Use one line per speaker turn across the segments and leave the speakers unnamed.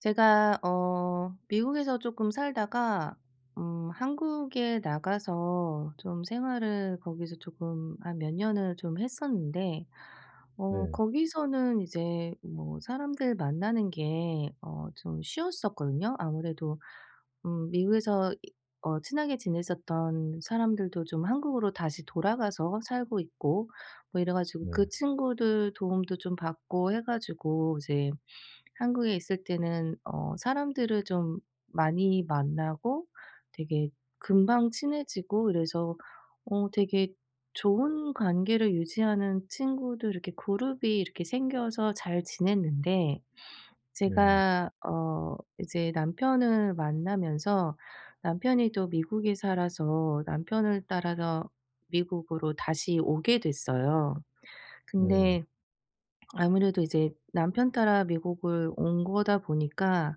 제가 미국에서 조금 살다가 한국에 나가서 좀 생활을 거기서 조금 한 몇 년을 좀 했었는데,
네.
거기서는 이제 뭐 사람들 만나는 게 좀 쉬웠었거든요. 아무래도 미국에서 이 친하게 지냈었던 사람들도 좀 한국으로 다시 돌아가서 살고 있고, 뭐 이래 가지고
네.
그 친구들 도움도 좀 받고 해 가지고 이제 한국에 있을 때는 사람들을 좀 많이 만나고 되게 금방 친해지고 이래서 되게 좋은 관계를 유지하는 친구들, 이렇게 그룹이 이렇게 생겨서 잘 지냈는데
네. 네.
제가 이제 남편을 만나면서 남편이 또 미국에 살아서 남편을 따라서 미국으로 다시 오게 됐어요.
네,
근데 아무래도 이제 남편 따라 미국을 온 거다 보니까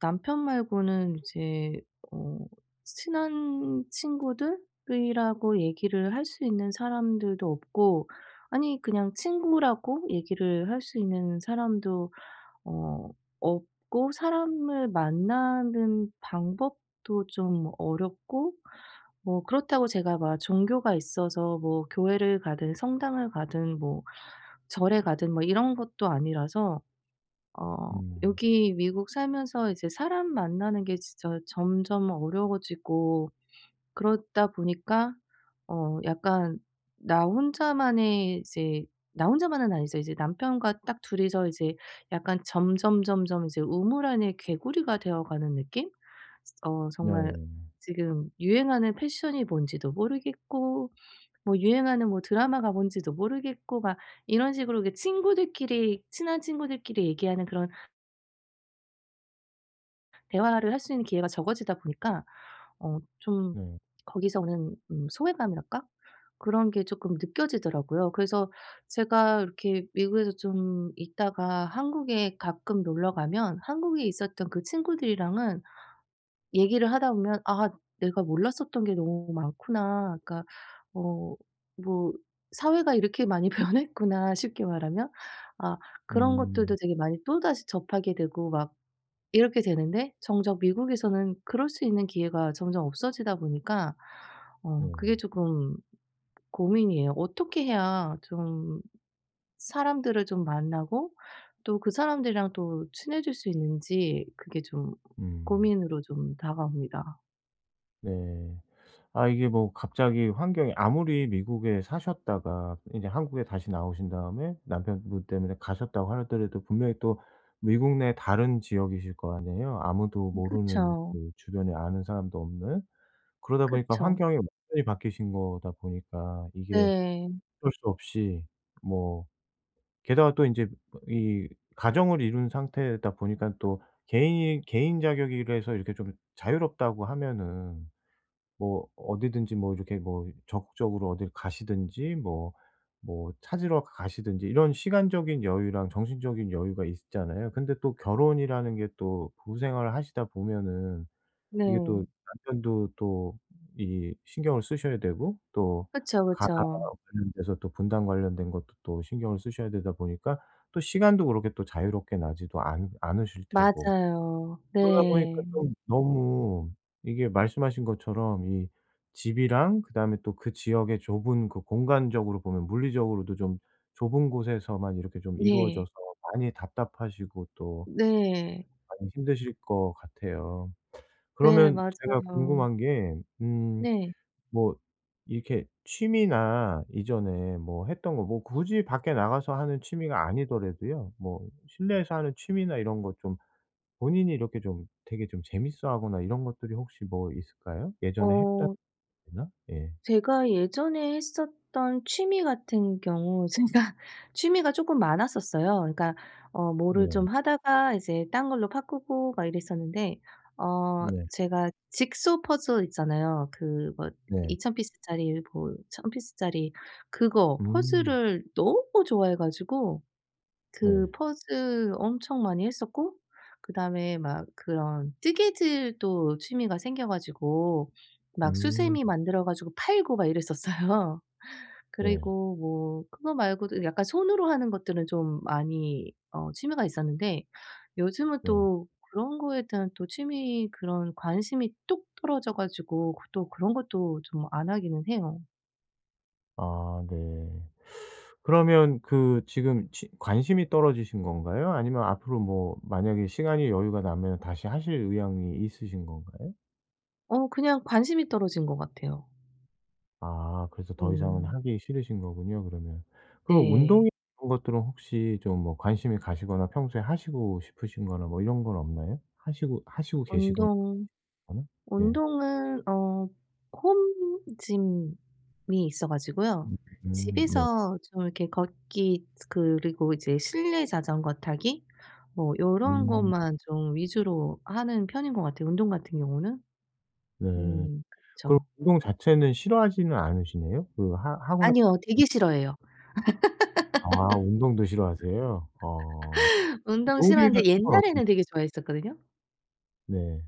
남편 말고는 이제 어 친한 친구들이라고 얘기를 할 수 있는 사람들도 없고, 아니 그냥 친구라고 얘기를 할 수 있는 사람도 어 없고, 사람을 만나는 방법도 좀 어렵고, 뭐 그렇다고 제가 막 종교가 있어서 뭐 교회를 가든 성당을 가든 뭐 절에 가든 뭐 이런 것도 아니라서
음.
여기 미국 살면서 이제 사람 만나는 게 진짜 점점 어려워지고, 그러다 보니까 약간 나 혼자만의 이제, 나 혼자만은 아니죠. 이제 남편과 딱 둘이서 이제 약간 점점점점 이제 우물 안의 개구리가 되어가는 느낌? 정말
네.
지금 유행하는 패션이 뭔지도 모르겠고, 뭐 유행하는 뭐 드라마가 뭔지도 모르겠고 막 이런 식으로, 이게 친구들끼리, 친한 친구들끼리 얘기하는 그런 대화를 할 수 있는 기회가 적어지다 보니까 좀
네.
거기서 오는 소외감이랄까? 그런 게 조금 느껴지더라고요. 그래서 제가 이렇게 미국에서 좀 있다가 한국에 가끔 놀러 가면 한국에 있었던 그 친구들이랑은 얘기를 하다 보면 '아 내가 몰랐었던 게 너무 많구나.' 그러니까 어 뭐 '사회가 이렇게 많이 변했구나.' 쉽게 말하면. 아, 그런
음.
것들도 되게 많이 또다시 접하게 되고 막 이렇게 되는데, 정작 미국에서는 그럴 수 있는 기회가 점점 없어지다 보니까
네.
그게 조금 고민이에요. 어떻게 해야 좀 사람들을 좀 만나고 또 그 사람들이랑 또 친해질 수 있는지, 그게 좀
음.
고민으로 좀 다가옵니다.
네. 아, 이게 뭐 갑자기 환경이 아무리 미국에 사셨다가 이제 한국에 다시 나오신 다음에 남편분 때문에 가셨다고 하더라도 분명히 또 미국 내 다른 지역이실 거 아니에요. 아무도
음,
모르는,
그쵸.
그 주변에 아는 사람도 없는. 그러다 보니까
그쵸.
환경이 완전히 바뀌신 거다 보니까 이게
네.
어쩔 수 없이, 뭐 게다가 또 인제 이 가정을 이룬 상태다 보니까, 또 개인 자격이라서 이렇게 좀 자유롭다고 하면은 뭐 어디든지 뭐 이렇게 뭐 적극적으로 어딜 가시든지 뭐 찾으러 가시든지, 이런 시간적인 여유랑 정신적인 여유가 있잖아요. 근데 또 결혼이라는 게 또 부부 생활을 하시다 보면은 이게 또
네.
남편도 또 이 신경을 쓰셔야 되고, 또
그쵸,
가사
그쵸.
관련돼서 또 분담 관련된 것도 또 신경을 쓰셔야 되다 보니까 또 시간도 그렇게 또 자유롭게 나지도 않 않으실 테고,
맞아요.
그러다 보니까
네.
좀 너무 이게 말씀하신 것처럼 이 집이랑 그다음에 또 그 지역의 좁은 그 공간적으로 보면 물리적으로도 좀 좁은 곳에서만 이렇게 좀
네.
이루어져서 많이 답답하시고, 또
네.
많이 힘드실 것 같아요.
네,
그러면 제가
맞아요.
궁금한 게, 음
네.
뭐 이렇게 취미나 이전에 뭐 했던 거, 뭐 굳이 밖에 나가서 하는 취미가 아니더라도요, 뭐 실내에서 하는 취미나 이런 거 좀 본인이 이렇게 좀 되게 좀 재밌어하거나 이런 것들이 혹시 뭐 있을까요? 예전에 했다거나?
어.
예.
제가 예전에 했었던 취미 같은 경우, 제가 취미가 조금 많았었어요. 그러니까 뭐를
네.
좀 하다가 이제 딴 걸로 바꾸고 막 이랬었는데, 어
네.
제가 직소 퍼즐 있잖아요. 그 뭐
네.
2,000 피스짜리 뭐 1,000 피스짜리, 그거
음.
퍼즐을 너무 좋아해 가지고 그
네.
퍼즐 엄청 많이 했었고, 그다음에 막 그런 뜨개질도 취미가 생겨 가지고 막
음.
수세미 만들어 가지고 팔고 막 이랬었어요.
네.
그리고 뭐 그거 말고도 약간 손으로 하는 것들은 좀 많이 취미가 있었는데, 요즘은
네.
또 그런 거에 대한 또 취미 그런 관심이 뚝 떨어져 가지고 그 또 그런 것도 좀 안 하기는 해요.
아, 네. 그러면 그 지금 치 관심이 떨어지신 건가요? 아니면 앞으로 뭐 만약에 시간이 여유가 나면 다시 하실 의향이 있으신 건가요?
그냥 관심이 떨어진 것 같아요.
아, 그래서 더 이상은
음.
하기 싫으신 거군요 그러면. 그럼
네.
운동이 이런 것들은 혹시 좀 뭐 관심이 가시거나 평소에 하시고 싶으신 거나 뭐 이런 건 없나요? 하시고 계시거나?
운동
예.
운동은 홈짐이 있어 가지고요.
음, 네.
집에서 좀 이렇게 걷기 그리고 이제 실내 자전거 타기 뭐 요런
음,
것만 좀 위주로 하는 편인 것 같아요, 운동 같은 경우는.
네.
음,
그럼
그쵸.
운동 자체는 싫어하지는 않으시네요? 그 하 하고 나서.
아니요, 되게 싫어해요.
아, 운동도 싫어하세요? 어.
운동
요리
싫어하는데
같은 건 어떠.
옛날에는 되게 좋아했었거든요.
네.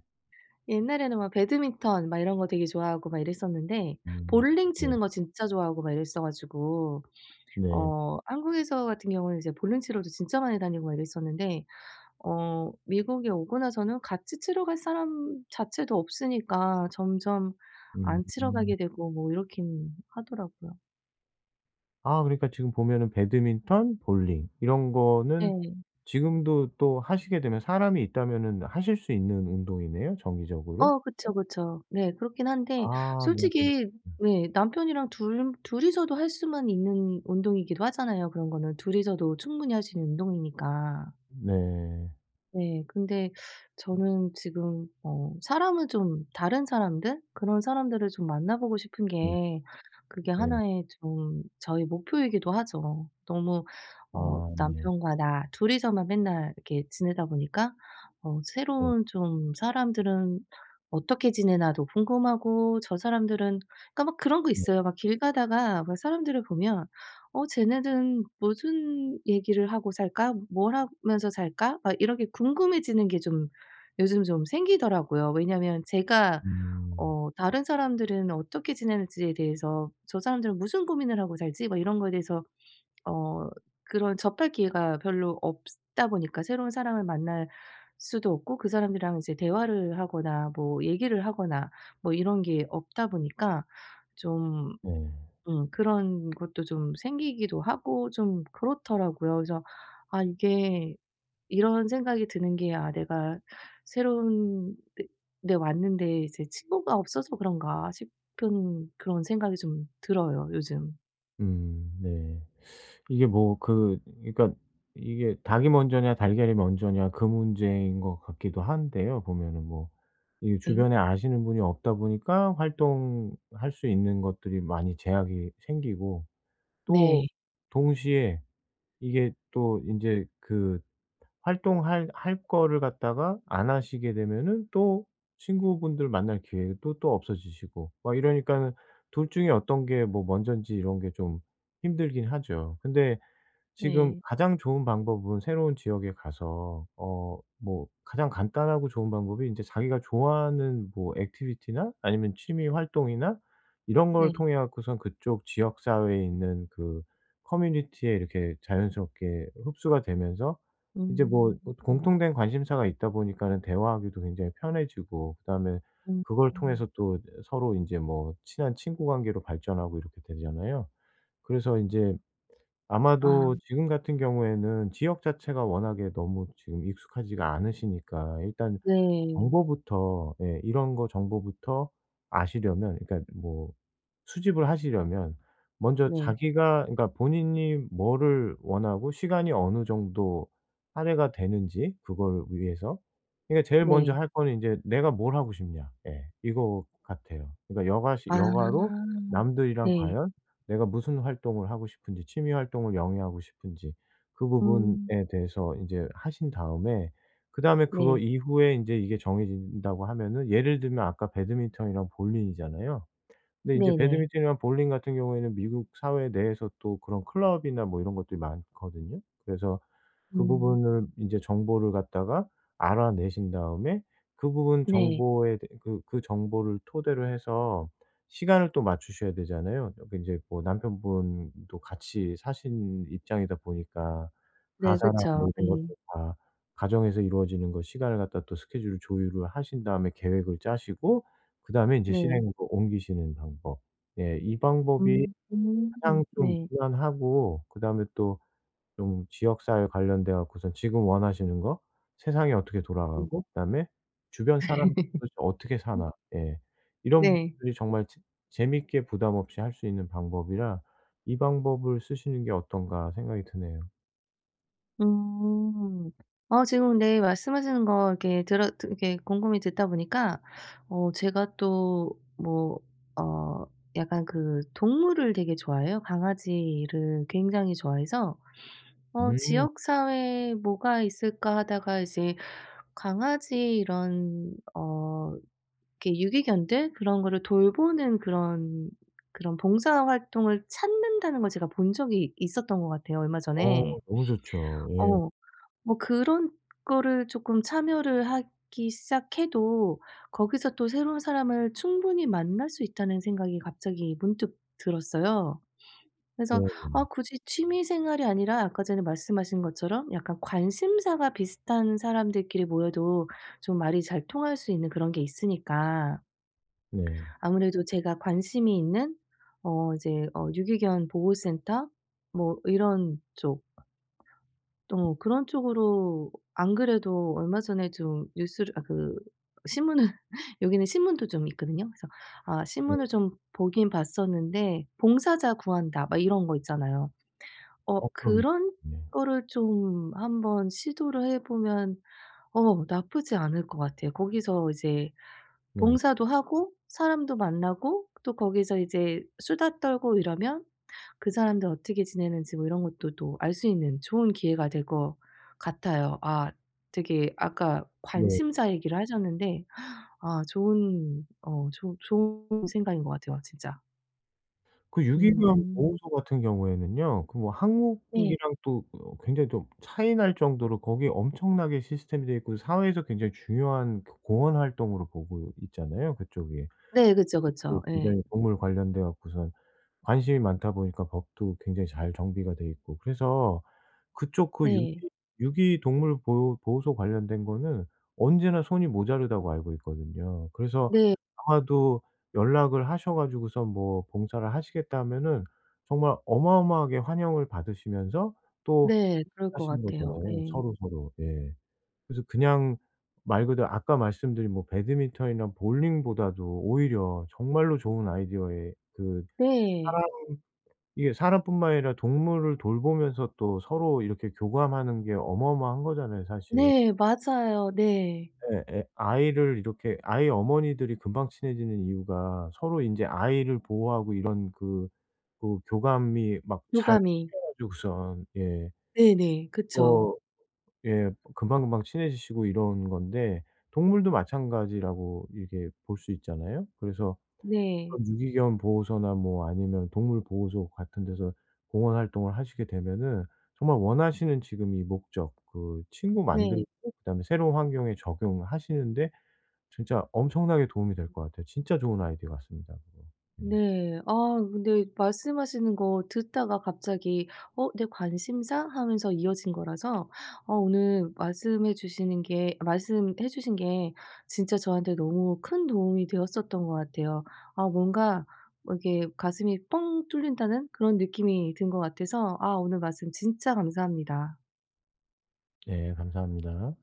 옛날에는 막 배드민턴 막 이런 거 되게 좋아하고 막 이랬었는데
음.
볼링
네.
치는 거 진짜 좋아하고 막 이랬어 가지고
네.
한국에서 같은 경우는 이제 볼런티어로도 진짜 많이 다니고 막 이랬었는데 미국에 오고 나서는 같이 치러 갈 사람 자체도 없으니까 점점 안 치러
음.
가게 되고 뭐 이렇긴 하더라고요.
아, 그러니까 지금 보면은 배드민턴, 볼링 이런 거는
네.
지금도 또 하시게 되면 사람이 있다면은 하실 수 있는 운동이네요, 정기적으로.
그쵸,
그죠?
그쵸. 네, 그렇긴 한데
아, 네네. 네.
솔직히 네 남편이랑 둘 둘이서도 할 수만 있는 운동이기도 하잖아요. 그런 거는 둘이서도 충분히 할 수 있는 운동이니까.
네.
네. 근데 저는 지금 사람을 좀 다른 사람들 그런 사람들을 좀 만나 보고 싶은
음,
게 그게
네.
하나의 좀 저의 목표이기도 하죠. 너무
아, 네.
남편과 나 둘이서만 맨날 이렇게 지내다 보니까
네.
새로운 좀 사람들은 어떻게 지내나도 궁금하고 저 사람들은, 그러니까 막 그런 거
네.
있어요. 막 길 가다가 막 사람들을 보면 '어 쟤네들은 무슨 얘기를 하고 살까? 뭘 하면서 살까?' 막 이렇게 궁금해지는 게 좀 요즘 좀 생기더라고요. 왜냐면 제가
음.
다른 사람들은 어떻게 지내는지에 대해서 '저 사람들은 무슨 고민을 하고 살지?' 막 이런 거에 대해서 어 그런 접할 기회가 별로 없다 보니까 새로운 사람을 만날 수도 없고 그 사람들이랑 이제 대화를 하거나 뭐 얘기를 하거나 뭐 이런 게 없다 보니까 좀
네.
그런 것도 좀 생기기도 하고 좀 그렇더라고요. 그래서 아 이게, 이런 생각이 드는 게 '아 내가 새로운 데 왔는데 이제 친구가 없어서 그런가?' 싶은 그런 생각이 좀 들어요 요즘.
음, 네. 이게 뭐, 그 그러니까 이게 닭이 먼저냐 달걀이 먼저냐 그 문제인 것 같기도 한데요 보면은, 뭐 이
네,
주변에 아시는 분이 없다 보니까 활동할 수 있는 것들이 많이 제약이 생기고, 또
네.
동시에 이게 또이제그 활동할 할 거를 갖다가 안 하시게 되면은 또 친구분들 만날 기회도 또 없어지시고 막 이러니까는 둘 중에 어떤 게 뭐 먼저인지 이런 게 좀 힘들긴 하죠. 근데 지금
네.
가장 좋은 방법은 새로운 지역에 가서 뭐 가장 간단하고 좋은 방법이 인제 자기가 좋아하는 뭐 액티비티나 아니면 취미 활동이나 이런 걸
네.
통해 갖고선 그쪽 지역 사회에 있는 그 커뮤니티에 이렇게 자연스럽게 흡수가 되면서 이제 뭐
음. 음.
공통된 관심사가 있다 보니까는 대화하기도 굉장히 편해지고, 그다음에
음.
그걸
음.
통해서 또 서로 인제 뭐 친한 친구 관계로 발전하고 이렇게 되잖아요. 그래서 인제
아,
아마도 지금 같은 경우에는 지역 자체가 워낙에 너무 지금 익숙하지가 않으시니까 일단
네.
정보부터, 예 이런 거 정보부터 아시려면, 그러니까 뭐 수집을 하시려면, 먼저
네.
자기가 그러니까 본인이 뭐를 원하고 시간이 어느 정도 할애가 되는지 그걸 위해서. 그러니까 제일 먼저
네.
할 거는 인제 '내가 뭘 하고 싶냐.' 예, 이거 같아요. 그러니까 여가시 여가로
아,
남들이랑
네.
과연 내가 무슨 활동을 하고 싶은지, 취미 활동을 영위하고 싶은지 그 부분에
음.
대해서 인제 하신 다음에, 그다음에 그거
네.
이후에 인제 이게 정해진다고 하면은, 예를 들면 아까 배드민턴이랑 볼링이잖아요. 근데 인제
네네.
배드민턴이랑 볼링 같은 경우에는 미국 사회 내에서 또 그런 클럽이나 뭐 이런 것들이 많거든요. 그래서 그
음.
부분을 이제 정보를 갖다가 알아내신 다음에 그 부분
네.
정보에 대, 그 그 정보를 토대로 해서 시간을 또 맞추셔야 되잖아요. 그제뭐 남편분도 같이 사신 입장이다 보니까
네,
가사랑
그쵸.
뭐 이런 것도
예.
다 가정에서 이루어지는 거 시간을 갖다 또 스케줄을 조율을 하신 다음에 계획을 짜시고, 그다음에 이제
네.
실행으로 옮기시는 방법. 예. 이 방법이
음.
가장
음.
좀
네.
무난하고, 그다음에 또 좀 지역사회 관련돼 갖고선 지금 원하시는 거 세상이 어떻게
음.
돌아가고, 그다음에 주변 사람들이 도대체 어떻게 사나. 예. 이런
네.
부분들이 정말 재 재밌게 부담 없이 할 수 있는 방법이라 '이 방법을 쓰시는 게 어떤가.' 생각이 드네요.
음. 지금 근데 말씀하시는 거 이렇게 들어 드 이렇게 곰곰이 듣다 보니까 제가 또 뭐 어 약간 그 동물을 되게 좋아해요. 강아지를 굉장히 좋아해서
음.
'지역 사회에 뭐가 있을까?' 하다가 이제 강아지 이런 이렇게 유기견들 그런 거를 돌보는 그런 봉사 활동을 찾는다는 걸 제가 본 적이 있었던 것 같아요, 얼마 전에.
너무 좋죠. 예.
어. 뭐 그런 거를 쪼끔 참여를 하기 시작해도 거기서 또 새로운 사람을 충분히 만날 수 있다는 생각이 갑자기 문득 들었어요. 그래서 아,
네네네.
굳이 취미 생활이 아니라 아까 전에 말씀하신 것처럼 약간 관심사가 비슷한 사람들끼리 모여도 좀 말이 잘 통할 수 있는 그런 게 있으니까
네. 네.
아무래도 제가 관심이 있는 이제 유기견 보호센터 뭐 이런 쪽 그런 쪽으로 안 그래도 얼마 전에 좀 뉴스를 아 그 신문을 여기는 신문도 좀 있거든요. 그래서 아,
네.
신문을 좀 보긴 봤었는데 봉사자 구한다 막 이런 거 있잖아요.
그럼요.
그런
네.
거를 좀 한번 시도를 해 보면 나쁘지 않을 것 같아요. 거기서 이제
네.
봉사도 하고 사람도 만나고 또 거기서 이제 수다 떨고 이러면 그 사람들 어떻게 지내는지 뭐 이런 것도 또 알 수 있는 좋은 기회가 될 것 같아요. 아, 되게 아까
네.
관심사 얘기를 하셨는데 아, 좋은 좋 좋은 생각인 것 같아요 진짜.
그 유기견
음.
보호소 같은 경우에는요, 그 뭐
네.
한국이랑 또 굉장히 좀 차이 날 정도로 거기에 엄청나게 시스템이 돼 있고 사회에서 굉장히 중요한 그 공헌 활동으로 보고 있잖아요, 그쪽이.
네. 그쵸,
또
그쵸. 예.
굉장히 동물 관련돼 갖고선 관심이 많다 보니까 법도 굉장히 잘 정비가 돼 있고. 그래서 그쪽 그 유기
네.
유기 동물 보호소 관련된 거는 언제나 손이 모자르다고 알고 있거든요. 그래서
네.
아마도 연락을 하셔 가지고서 뭐 봉사를 하시겠다 하면은 정말 어마어마하게 환영을 받으시면서 또
네. 그럴 것
하시는
같아요.
거잖아요,
예.
서로서로. 예. 그래서 그냥 말 그대로 아까 말씀드린 뭐 배드민턴이나 볼링보다도 오히려 정말로 좋은 아이디어의 그
네.
사람, 이게 사람뿐만 아니라 동물을 돌보면서 또 서로 이렇게 교감하는 게 어마어마한 거잖아요 사실.
네. 맞아요. 네.
예, 예. 아이를 이렇게, 아이 어머니들이 금방 친해지는 이유가 서로 인제 아이를 보호하고 이런 그 그 교감이 막 잘
교감이.
생 가지고선 예,
네네. 그쵸.
어, 예, 금방금방 친해지시고 이런 건데 동물도 마찬가지라고 이렇게 볼 수 있잖아요. 그래서
네.
그런 유기견 보호소나 뭐 아니면 동물 보호소 같은 데서 봉헌 활동을 하시게 되면은 정말 원하시는 지금 이 목적, 그 친구 만들고
네.
그다음에 새로운 환경에 적용하시는데 진짜 엄청나게 도움이 될 것 같아요. 진짜 좋은 아이디어 같습니다 그거. 네.
네. 아, 근데 말씀하시는 거 듣다가 갑자기 '어 내 관심사?' 하면서 이어진 거라서 오늘 말씀해 주시는 게 말씀해 주신 게 진짜 저한테 너무 큰 도움이 되었었던 것 같아요. 아, 뭔가 뭐 이렇게 가슴이 뻥 뚫린다는 그런 느낌이 든 것 같아서 아, 오늘 말씀 진짜 감사합니다.
네, 감사합니다.